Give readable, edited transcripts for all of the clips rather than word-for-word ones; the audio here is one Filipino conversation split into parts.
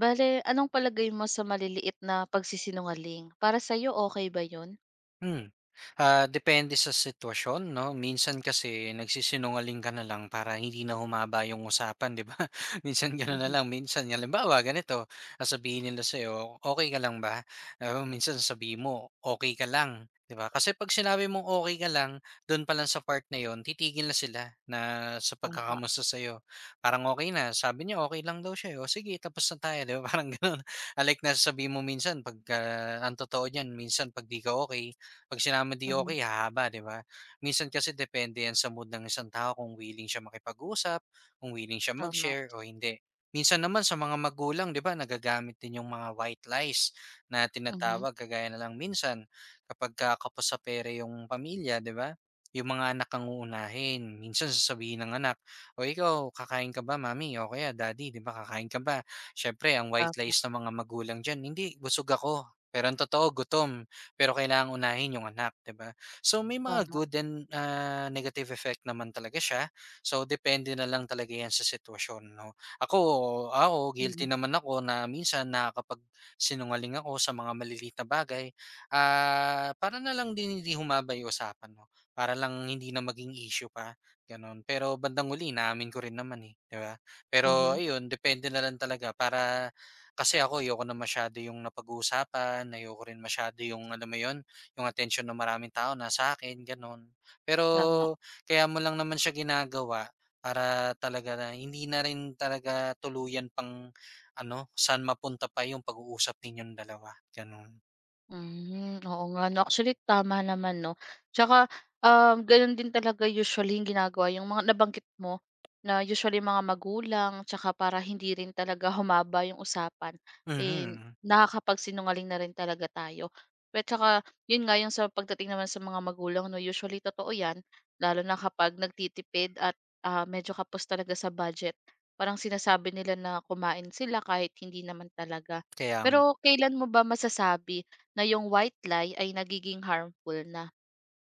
Bale, anong palagay mo sa maliliit na pagsisinungaling? Para sa'yo okay ba 'yun? Hmm. Ah, depende sa sitwasyon 'no, minsan kasi nagsisinungaling ka na lang para hindi na humaba yung usapan, 'di ba? Minsan gano'n na Mhm, lang, minsan halimbawa ganito, sasabihin nila sa'yo, okay ka lang ba?" Oo, minsan sasabihin mo, okay ka lang," 'di ba? Kasi 'pag sinabi mong okay ka lang, do'n pa lang sa part na 'yon titigil na sila na sa tama. pagkakamusta sa'yo. Parang okay na, sabi niya okay lang daw siya, eh, o sige tapos na tayo, 'di ba, parang gano'n. Unlike na sasabihin mo minsan 'pagka ang totoo niyan minsan 'pag 'di ka okay. 'Pag sinama di Mhm, okey hahaba, 'di ba? Minsan kasi depende yan sa mood ng isang tao kung willing siya makipag-usap, kung willing siya tama. mag-share o hindi. Minsan naman sa mga magulang, 'di ba, nagagamit din yung mga white lies na Mhm, tinatawag, kagaya na lang minsan kapagka kapos sa pere yung pamilya, 'di ba? Yung mga anak ang uunahin. Minsan sasabihin ng anak, "O ikaw, kakain ka ba mami?" O kaya, "Daddy, 'di ba, kakain ka ba?" Siyempre ang white tama, lies ng mga magulang diyan, "Hindi, busog ako." Pero ang totoo gutom pero kailangang unahin yung anak, 'di ba? So may mga tama. good and, ah, negative effect naman talaga siya. So depende na lang talaga 'yan sa sitwasyon, 'no? Ako ako guilty Mhm, naman ako na minsan nakakapagsinungaling ako sa mga maliliit na bagay, ah, para na lang din hindi humaba yung usapan, 'no? Para lang hindi na maging issue pa, gano'n. Pero bandang huli inaamin ko rin naman, eh, 'di ba? Pero mhm, ayun, depende na lang talaga para kasi ako ayoko na masyado yung napag-uusapan, ayoko rin masyado yung alam mo yun, yung attention ng maraming tao na sa akin, gano'n. tama. Pero kaya mo lang naman siya ginagawa para talaga na hindi na rin talaga tuluyan pang ano, saan mapunta pa yung pag-uusap ninyong dalawa, gano'n. Hmm, oo nga 'no. Actually tama naman 'no. Tsaka, gano'n din talaga usually yung ginagawa yung mga nabanggit mo na usually mga magulang tsaka para hindi rin talaga humaba yung usapan, eh, Mhm, nakakapagsinungaling na rin talaga tayo. Pero tsaka yun nga yung sa pagdating naman sa mga magulang 'no, usually totoo yan lalo na kapag nagtitipid at, medyo kapos talaga sa budget. Parang sinasabi nila na kumain sila kahit hindi naman talaga. kaya Pero kailan mo ba masasabi na yung white lie ay nagiging harmful na.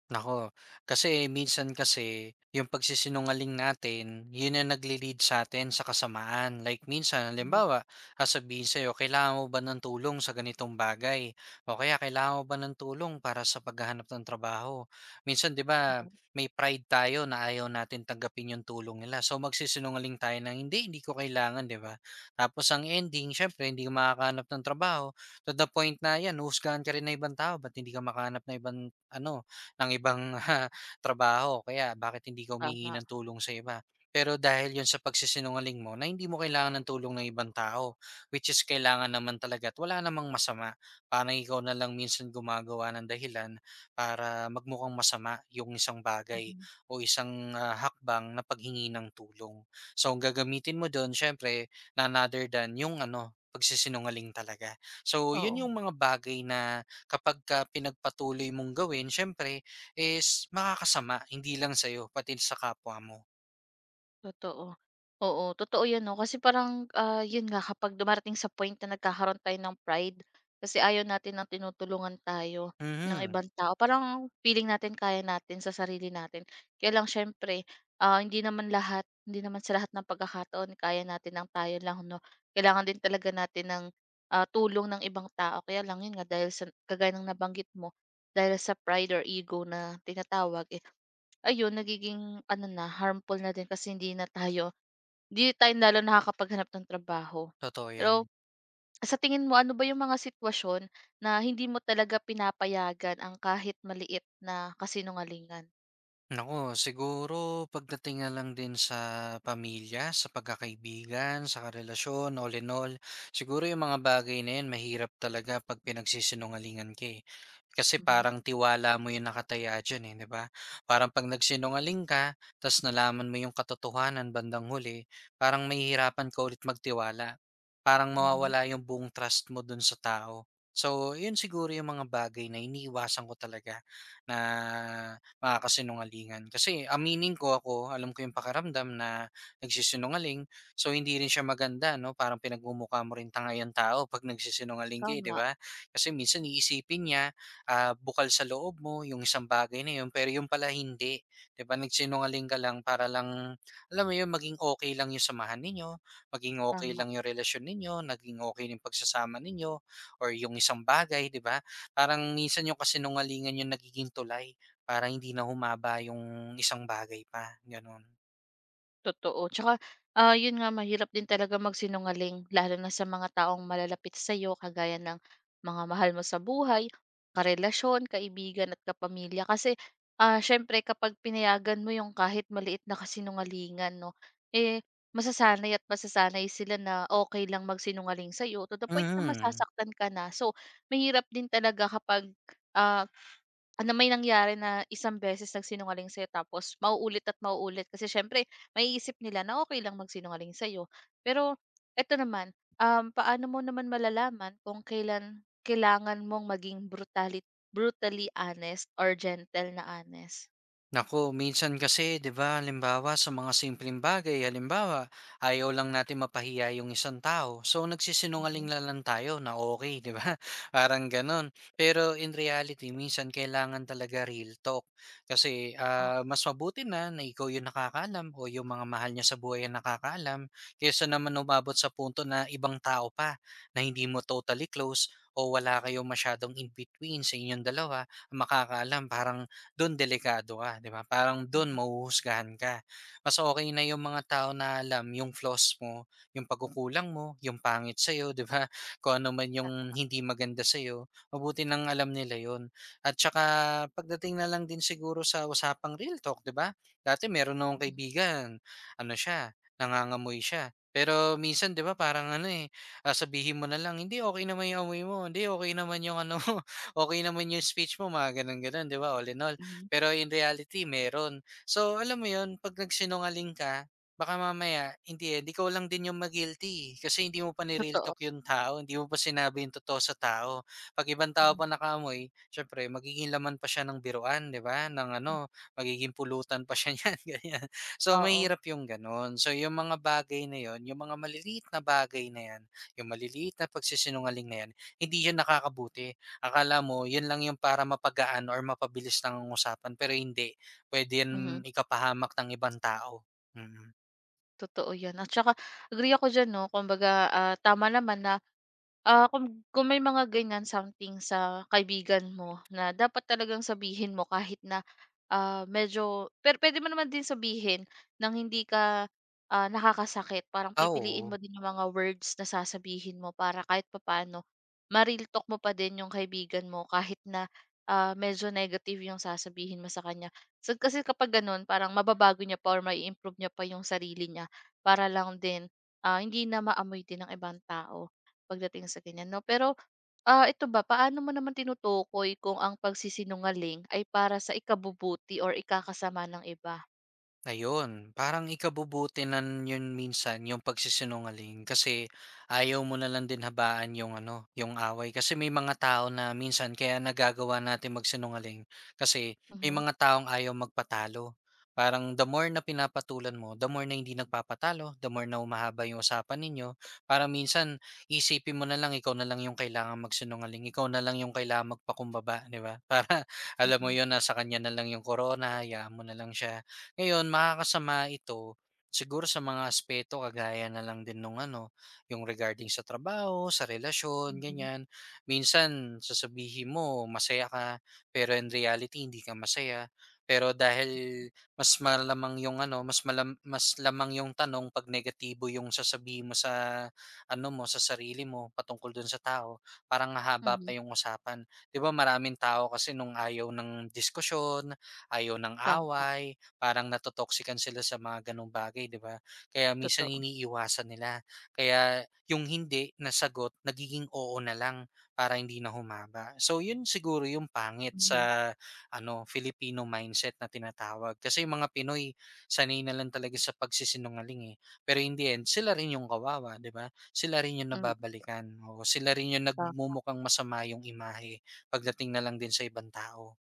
nako kasi minsan kasi yung pagsisinungaling natin, yun ang nagle-lead sa'tin sa kasamaan. Like minsan, Mhm, halimbawa, sasabihin sa'yo, "Kailangan mo ba ng tulong sa ganitong bagay?" O kaya, "Kailangan mo ba ng tulong para sa paghahanap ng trabaho?" Minsan, 'di ba, may pride tayo na ayaw natin tanggapin yung tulong nila. So, magsisinungaling tayo ng, "Hindi, hindi ko kailangan," 'di ba? Tapos ang ending, siyempre hindi ka makakahanap ng trabaho to the point na 'yan, huhusgahan ka rin ng ibang tao, "Ba't hindi ka makahanap ng ibang ano, ng ibang trabaho kaya bakit hindi ka humingi tama, ng tulong sa iba. Pero dahil yon sa pagsisinungaling mo na hindi mo kailangan ng tulong ng ibang tao, which is kailangan naman talaga at wala namang masama. Parang ikaw na lang minsan gumagawa ng dahilan para magmukhang masama yung isang bagay mm. o isang ah, hakbang na paghingi ng tulong. So ang gagamitin mo doon, syempre, na another than yung ano, pagsisinungaling talaga. So, yun Oo, yung mga bagay na kapag ka pinagpatuloy mong gawin, syempre, is makakasama hindi lang sa'yo pati sa kapwa mo. totoo. Oo, totoo 'yan 'no, kasi parang, 'yun nga kapag dumarating sa point na nagkakaroon tayo ng pride, kasi ayaw natin ng tinutulungan tayo ng Mhm, ibang tao, parang feeling natin kaya natin sa sarili natin. Kaya lang siyempre, ah, hindi naman lahat hindi naman sa lahat ng pagkakataon kaya natin ng tayo lang 'no. Kailangan din talaga natin ng, tulong ng ibang tao, kaya lang 'yun nga dahil sa kagaya ng nabanggit mo, dahil sa pride or ego na tinatawag, eh, ayun nagiging ano na, harmful na din kasi hindi tayo lalo nakakapaghanap ng trabaho. totoo Pero 'yan. sa tingin mo, ano ba yung mga sitwasyon na hindi mo talaga pinapayagan ang kahit maliit na kasinungalingan? Nako siguro pagdating na lang din sa pamilya, sa pagkakaibigan, sa karelasyon, all in all, siguro yung mga bagay na yun mahirap talaga pag pinagsisinungalingan ka eh. Kasi Mhm, parang tiwala mo yung nakataya dyan eh, di ba? Parang pag nagsinungaling ka, tas nalaman mo yung katotohanan bandang huli, parang mahihirapan ka ulit magtiwala. Parang mhm. mawawala yung buong trust mo dun sa tao. So, yun siguro yung mga bagay na iniiwasan ko talaga na mga kasinungalingan. Kasi aminin ko ako, alam ko yung pakiramdam na nagsisinungaling. So hindi rin siya maganda, no? Parang pinagmumukha mo rin tanga yung tao pag nagsisinungaling ka, eh, di Tama, ba? Kasi minsan iisipin niya, ah, bukal sa loob mo, yung isang bagay na yun, pero yung pala hindi. Di ba? Nagsinungaling ka lang para lang, alam mo yun, maging okay lang yung samahan ninyo, maging okay tama. lang yung relasyon ninyo, naging okay yung pagsasama ninyo, or yung isang bagay, di ba? Parang minsan yung kasinungalingan yung nagiging tulay para hindi na humaba yung isang bagay pa, gano'n. Totoo, tsaka, yun nga mahirap din talaga magsinungaling lalo na sa mga taong malalapit sa sa'yo kagaya ng mga mahal mo sa buhay, karelasyon, kaibigan at kapamilya. Kasi, siyempre kapag pinayagan mo yung kahit maliit na kasinungalingan 'no, eh, masasanay at masasanay sila na okay lang magsinungaling sa'yo to the point na Mm. masasaktan ka na. So, mahirap din talaga kapag. ah May nangyari na isang beses nagsinungaling sa'yo tapos mauulit at mauulit kasi siyempre maiisip nila na okay lang magsinungaling sa'yo. Pero eto naman, paano mo naman malalaman kung kailan kailangan mong maging brutally brutally honest or gentle na honest? Nako minsan kasi, 'di ba, halimbawa sa mga simpleng bagay, halimbawa, ayaw lang natin mapahiya yung isang tao. So nagsisinungaling Mhm, na lang tayo na okay, 'di ba? Parang ganun. Pero in reality, minsan kailangan talaga real talk. Kasi oo, ah, mas mabuti na na ikaw yung nakakaalam o yung mga mahal niya sa buhay ang nakakaalam kaysa naman umabot sa punto na ibang tao pa na hindi mo totally close o wala kayong masyadong in-between sa inyong dalawa, makakaalam parang dun delikado ka, 'di ba? Parang dun mhm, mahuhusgahan ka. Mas okay na yung mga tao na alam yung flaws mo, yung pagkukulang mo, yung pangit sa'yo, 'di ba? Kung ano man yung hindi maganda sa'yo, mabuti nang alam nila yon. At tsaka pagdating na lang din siguro sa usapang real talk, 'di ba? Dati meron akong kaibigan, ano siya, nangangamoy siya. Pero minsan, 'di ba, parang ano, eh, ah, sabihin mo na lang, "Hindi, okay naman yung amoy mo. Hindi, okay naman yung ano okay okey naman yung speech mo," mga gano'n-gano'n, 'di ba? All in all, mhm, pero in reality meron. So alam mo 'yun, 'pag nagsinungaling ka, baka mamaya hindi the end, ikaw lang din 'yung ma-guilty, eh, kasi hindi mo pa ni-real totoo, talk 'yung tao, hindi mo pa sinabi 'yung totoo sa tao. 'Pag ibang tao mhm, pa nakaamoy, siyempre magiging laman pa siya ng biruan, 'di ba, ng hmm, ano, magiging pulutan pa siya niyan, ganiyan. So oo, mahirap 'yung gano'n. So 'yung mga bagay na yon 'yung mga maliliit na bagay na 'yan, 'yung maliliit na pagsisinungaling na 'yan, hindi 'yan nakakabuti. Akala mo yun lang yung para mapagaan or mapabilis lang usapan pero hindi, puwede mhm. yan ikapahamak ng ibang tao, mm. Totoo 'yan at saka agree ako diyan 'no, kumbaga, tama naman na. Kung may mga ganyan something sa kaibigan mo na dapat talagang sabihin mo kahit na, medyo pero pwede mo naman din sabihin ng hindi ka, nakakasakit. Parang Ah, pipiliin oo. mo din yung mga words na sasabihin mo para kahit papaano ma-real talk mo pa din yung kaibigan mo kahit na, medyo negative yung sasabihin mo sa kanya. So, kasi kapag gano'n parang mababago niya pa or mai-improve niya pa yung sarili niya para lang din, hindi na maamoy din ng ibang tao. Pagdating sa ganyan 'no, pero, ito ba, paano mo naman tinutukoy kung ang pagsisinungaling ay para sa ikabubuti or ikakasama ng iba? Ayun, parang ikabubuti na yun minsan yung pagsisinungaling kasi ayaw mo na lang din habaan yung ano, yung away kasi may mga tao na minsan kaya nagagawa natin magsinungaling kasi may Mhm, mga taong ayaw magpatalo. Parang the more na pinapatulan mo, the more na hindi nagpapatalo, the more na umahaba yung usapan ninyo. Para minsan isipin mo na lang ikaw na lang yung kailangan magsinungaling, ikaw na lang yung kailangan magpakumbaba, di ba? Para alam mo mm, yun, nasa kanya na lang yung corona, hayaan mo na lang siya ngayon makakasama ito siguro sa mga aspeto kagaya na lang din nung ano, yung regarding sa trabaho, sa relasyon, mhm, ganyan. Minsan sasabihin mo masaya ka, pero in reality hindi ka masaya. Pero dahil mas malamang yung ano, mas lamang yung tanong pag negatibo yung sasabihin mo sa ano mo, sa sarili mo patungkol dun sa tao, parang hahaba pa mhm. yung usapan. 'Di ba maraming tao kasi nung ayaw ng diskusyon, ayaw ng Tama, away, parang nato sila sa mga gano'ng bagay, 'di ba? Kaya minsan totoo. iniiwasan nila. Kaya yung hindi na sagot nagiging oo na lang para hindi na humaba. So yun siguro yung pangit Mhm, sa ano, Filipino mindset na tinatawag. Kasi yung mga Pinoy sanay na lang talaga sa pagsisinungaling eh. Pero in the end, sila rin yung kawawa, 'di ba? Sila rin yung hmm. nababalikan. O sila rin yung nagmumukhang masama yung imahe pagdating na lang din sa ibang tao.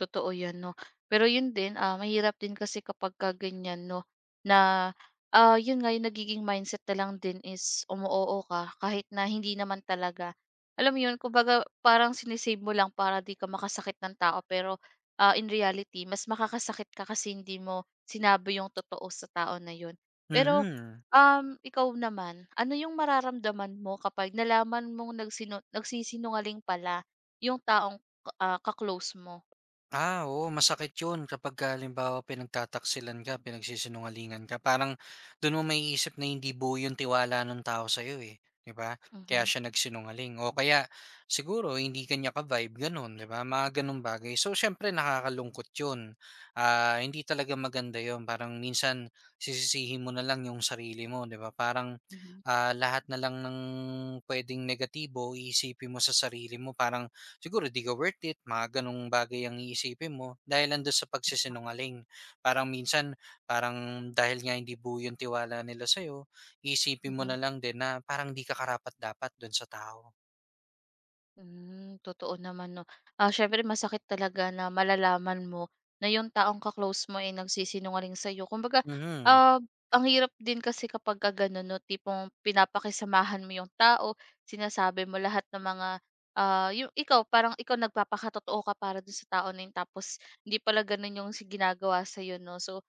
Totoo 'yan 'no. Pero 'yun din, mahirap din kasi kapagka ganiyan 'no, na, 'yun nga, yung nagiging mindset na lang din is umu-oo ka kahit na hindi naman talaga. Alam mo 'yun, kumbaga parang sine mo lang para 'di ka makasakit ng tao pero, in reality mas makakasakit ka kasi hindi mo sinabi yung totoo sa tao na 'yun. Pero, Mhm. Ikaw naman, ano yung mararamdaman mo kapag nalaman mong nagsisinungaling pala yung taong, ka mo? Ah, oo masakit 'yun kapagka halimbawa pinagtataksilan ka, pinagsisinungalingan ka, parang do'n mo maiisip na hindi buo 'yung tiwala nung tao sa'yo, eh, 'di ba? Kaya Mhm, siya nagsinungaling o kaya siguro hindi kanya ka-vibe gano'n, 'di ba? Mga gano'ng bagay. So, siyempre nakakalungkot 'yun, ah, hindi talaga maganda 'yun parang minsan sisisihin mo na lang 'yung sarili mo, 'di ba? Parang, mhm, ah, lahat na lang ng puwedeng negatibo iisipin mo sa sarili mo parang siguro di ka worth it, mga ganong bagay ang iisipin mo dahil nandun sa pagsisinungaling. Parang minsan, parang dahil nga hindi buo yung tiwala nila sa'yo, isipin mo mhm. na lang din na parang di ka karapat-dapat dun sa tao. Hmm, totoo naman 'no. Ah, syempre masakit talaga na malalaman mo na yung taong ka-close mo ay nagsisinungaling sa'yo. Kumbaga, Mhm. ah, ang hirap din kasi kapagka gano'n 'no, tipong pinapakisamahan mo yung tao, sinasabi mo lahat ng mga, yung ikaw parang ikaw nagpapakatotoo ka para do'n sa tao na 'yon tapos hindi pala gano'n yung si ginagawa sa'yo 'no. So,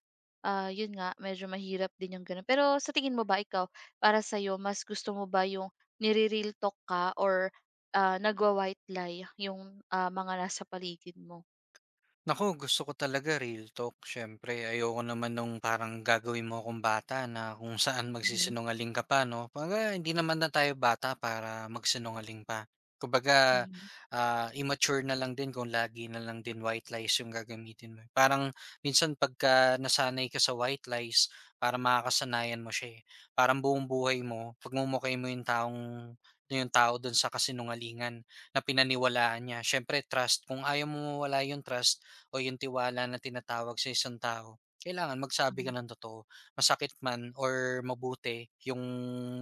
Yun nga medyo mahirap din yung gano'n. Pero sa tingin mo ba ikaw, para sa'yo mas gusto mo ba yung nire-real talk ka or, nagwa-white lie yung, mga nasa paligid mo? Nako gusto ko talaga real talk siyempre ayoko naman nung parang gagawin mo akong bata na kung saan Mhm. magsisinungaling ka pa 'no. Kumbaga hindi naman na tayo bata para magsinungaling pa. Kumbaga, Mhm, ah, immature na lang din kung lagi na lang din white lies yung gagamitin mo. Parang minsan pagka nasanay ka sa white lies parang makakasanayan mo siya, eh. Parang buong buhay mo pagmumukay mo yung taong yung tao dun sa kasinungalingan na pinaniwalaan niya. Siyempre trust, kung ayaw mo mawala yung trust o yung tiwala na tinatawag sa isang tao, kailangan magsabi ka mhm, ng totoo. Masakit man or mabuti yung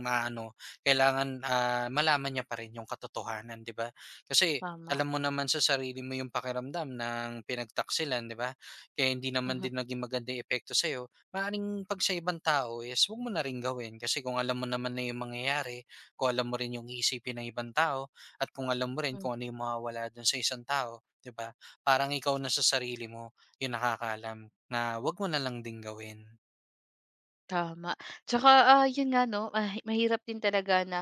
maano, kailangan, ah, malaman niya pa rin yung katotohanan, 'di ba? Kasi tama. alam mo naman sa sarili mo yung pakiramdam ng pinagtaksilan, 'di ba? Kaya hindi naman Mhm, din naging maganda yung epekto sa'yo. Maaaring 'pag sa ibang tao is huwag mo na rin gawin kasi kung alam mo naman na yung mangyayari, kung alam mo rin yung iisipin ng ibang tao, at kung alam mo rin hmm, kung ano yung mawawala dun sa isang tao, 'di ba? Parang ikaw na sa sarili mo yung nakakaalam na 'wag mo na lang din gawin. tama. Tsaka, yun nga 'no, mahirap din talaga na,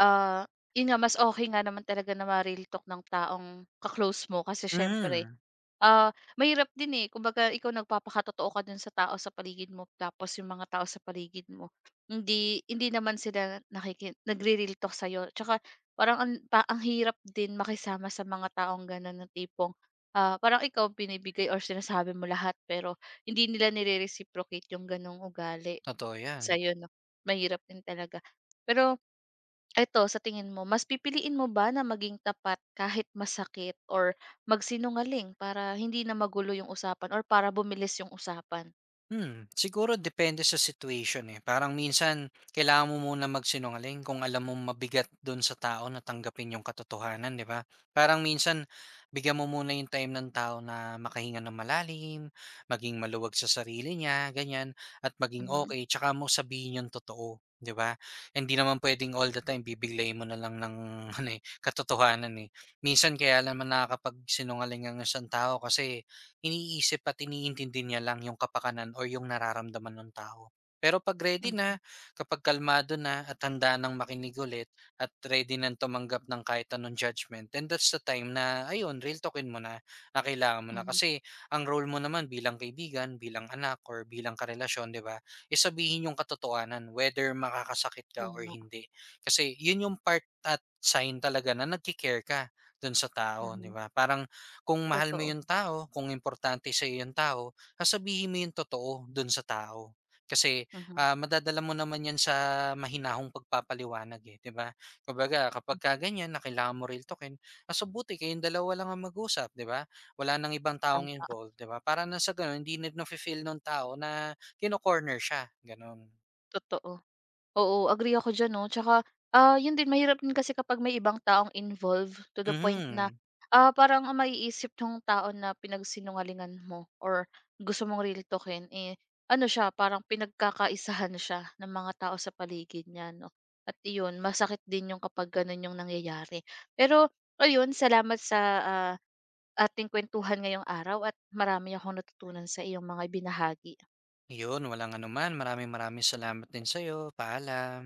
ah, yun nga mas okay nga naman talaga na ma-real talk ng taong ka mo kasi siyempre. Mhm, Ah, Mahirap din, eh. Kumbaga ikaw nagpapakatotoo ka dun sa tao sa paligid mo tapos yung mga tao sa paligid mo hindi hindi naman sila nagre-real talk sa'yo. Tsaka parang ang hirap din makisama sa mga taong gano'n na tipong, parang ikaw ang binibigay or sinasabi mo lahat pero hindi nila nire-reciprocate yung gano'ng ugali totoo yan. sa'yo 'no, mahirap din talaga. Pero eto, sa tingin mo, mas pipiliin mo ba na maging tapat kahit masakit or magsinungaling para hindi na magulo yung usapan or para bumilis yung usapan? Hmm, siguro depende sa situation, eh. Parang minsan kailangan mo muna magsinungaling kung alam mo mabigat dun sa tao na tanggapin yung katotohanan, 'di ba? Parang minsan bigyan mo muna yung time ng tao na makahinga ng malalim, maging maluwag sa sarili niya, ganyan, at maging Mhm, okay tsaka mo sabihin yung totoo, 'di ba? Hindi naman puwedeng all the time bibiglay mo na lang ng ano, eh, katotohanan, eh. Minsan kaya naman nakakapagsinungaling ang isang tao kasi iniisip at iniintindi niya lang yung kapakanan or yung nararamdaman ng tao. Pero 'pag ready mhm, na, kapag kalmado na at handa ng makinig ulit at ready ng tumanggap ng kahit anong judgment, then that's the time na ayun, real talkin mo na na kailangan mo na. mhm. Kasi ang role mo naman bilang kaibigan, bilang anak, or bilang karelasyon, di ba, is sabihin yung katotohanan whether makakasakit ka or Tama, hindi. Kasi yun yung part at sign talaga na nagki ka dun sa tao, di mhm. ba? Parang kung mahal mo Totoo, yung tao, kung importante sa'yo yung tao, sasabihin mo yung totoo dun sa tao. Kasi, mhm, ah, madadala mo naman yan sa mahinahong pagpapaliwanag eh, 'di ba? Kumbaga kapag ka ganyan na kailangan mo real talkin, mas mabuti kayong dalawa lang ang mag-usap, 'di ba? Wala nang ibang taong tama, involved, 'di ba? Para na sa gano'n hindi na feel nung tao na kino-corner siya, gano'n. totoo. Oo, agree ako diyan 'no, tsaka, yun din mahirap din kasi kapag may ibang taong involved to the point na, Mhm. Parang ang maiisip ng tao na pinagsinungalingan mo or gusto mong real talkin, eh, ano siya parang pinagkakaisahan siya ng mga tao sa paligid niya 'no, at yun masakit din yung kapag ganun yung nangyayari. Pero ayun, salamat sa, ating kwentuhan ngayong araw at marami akong natutunan sa iyong mga binahagi Yun, walang anuman. Maraming maraming salamat din sa'yo. Paalam.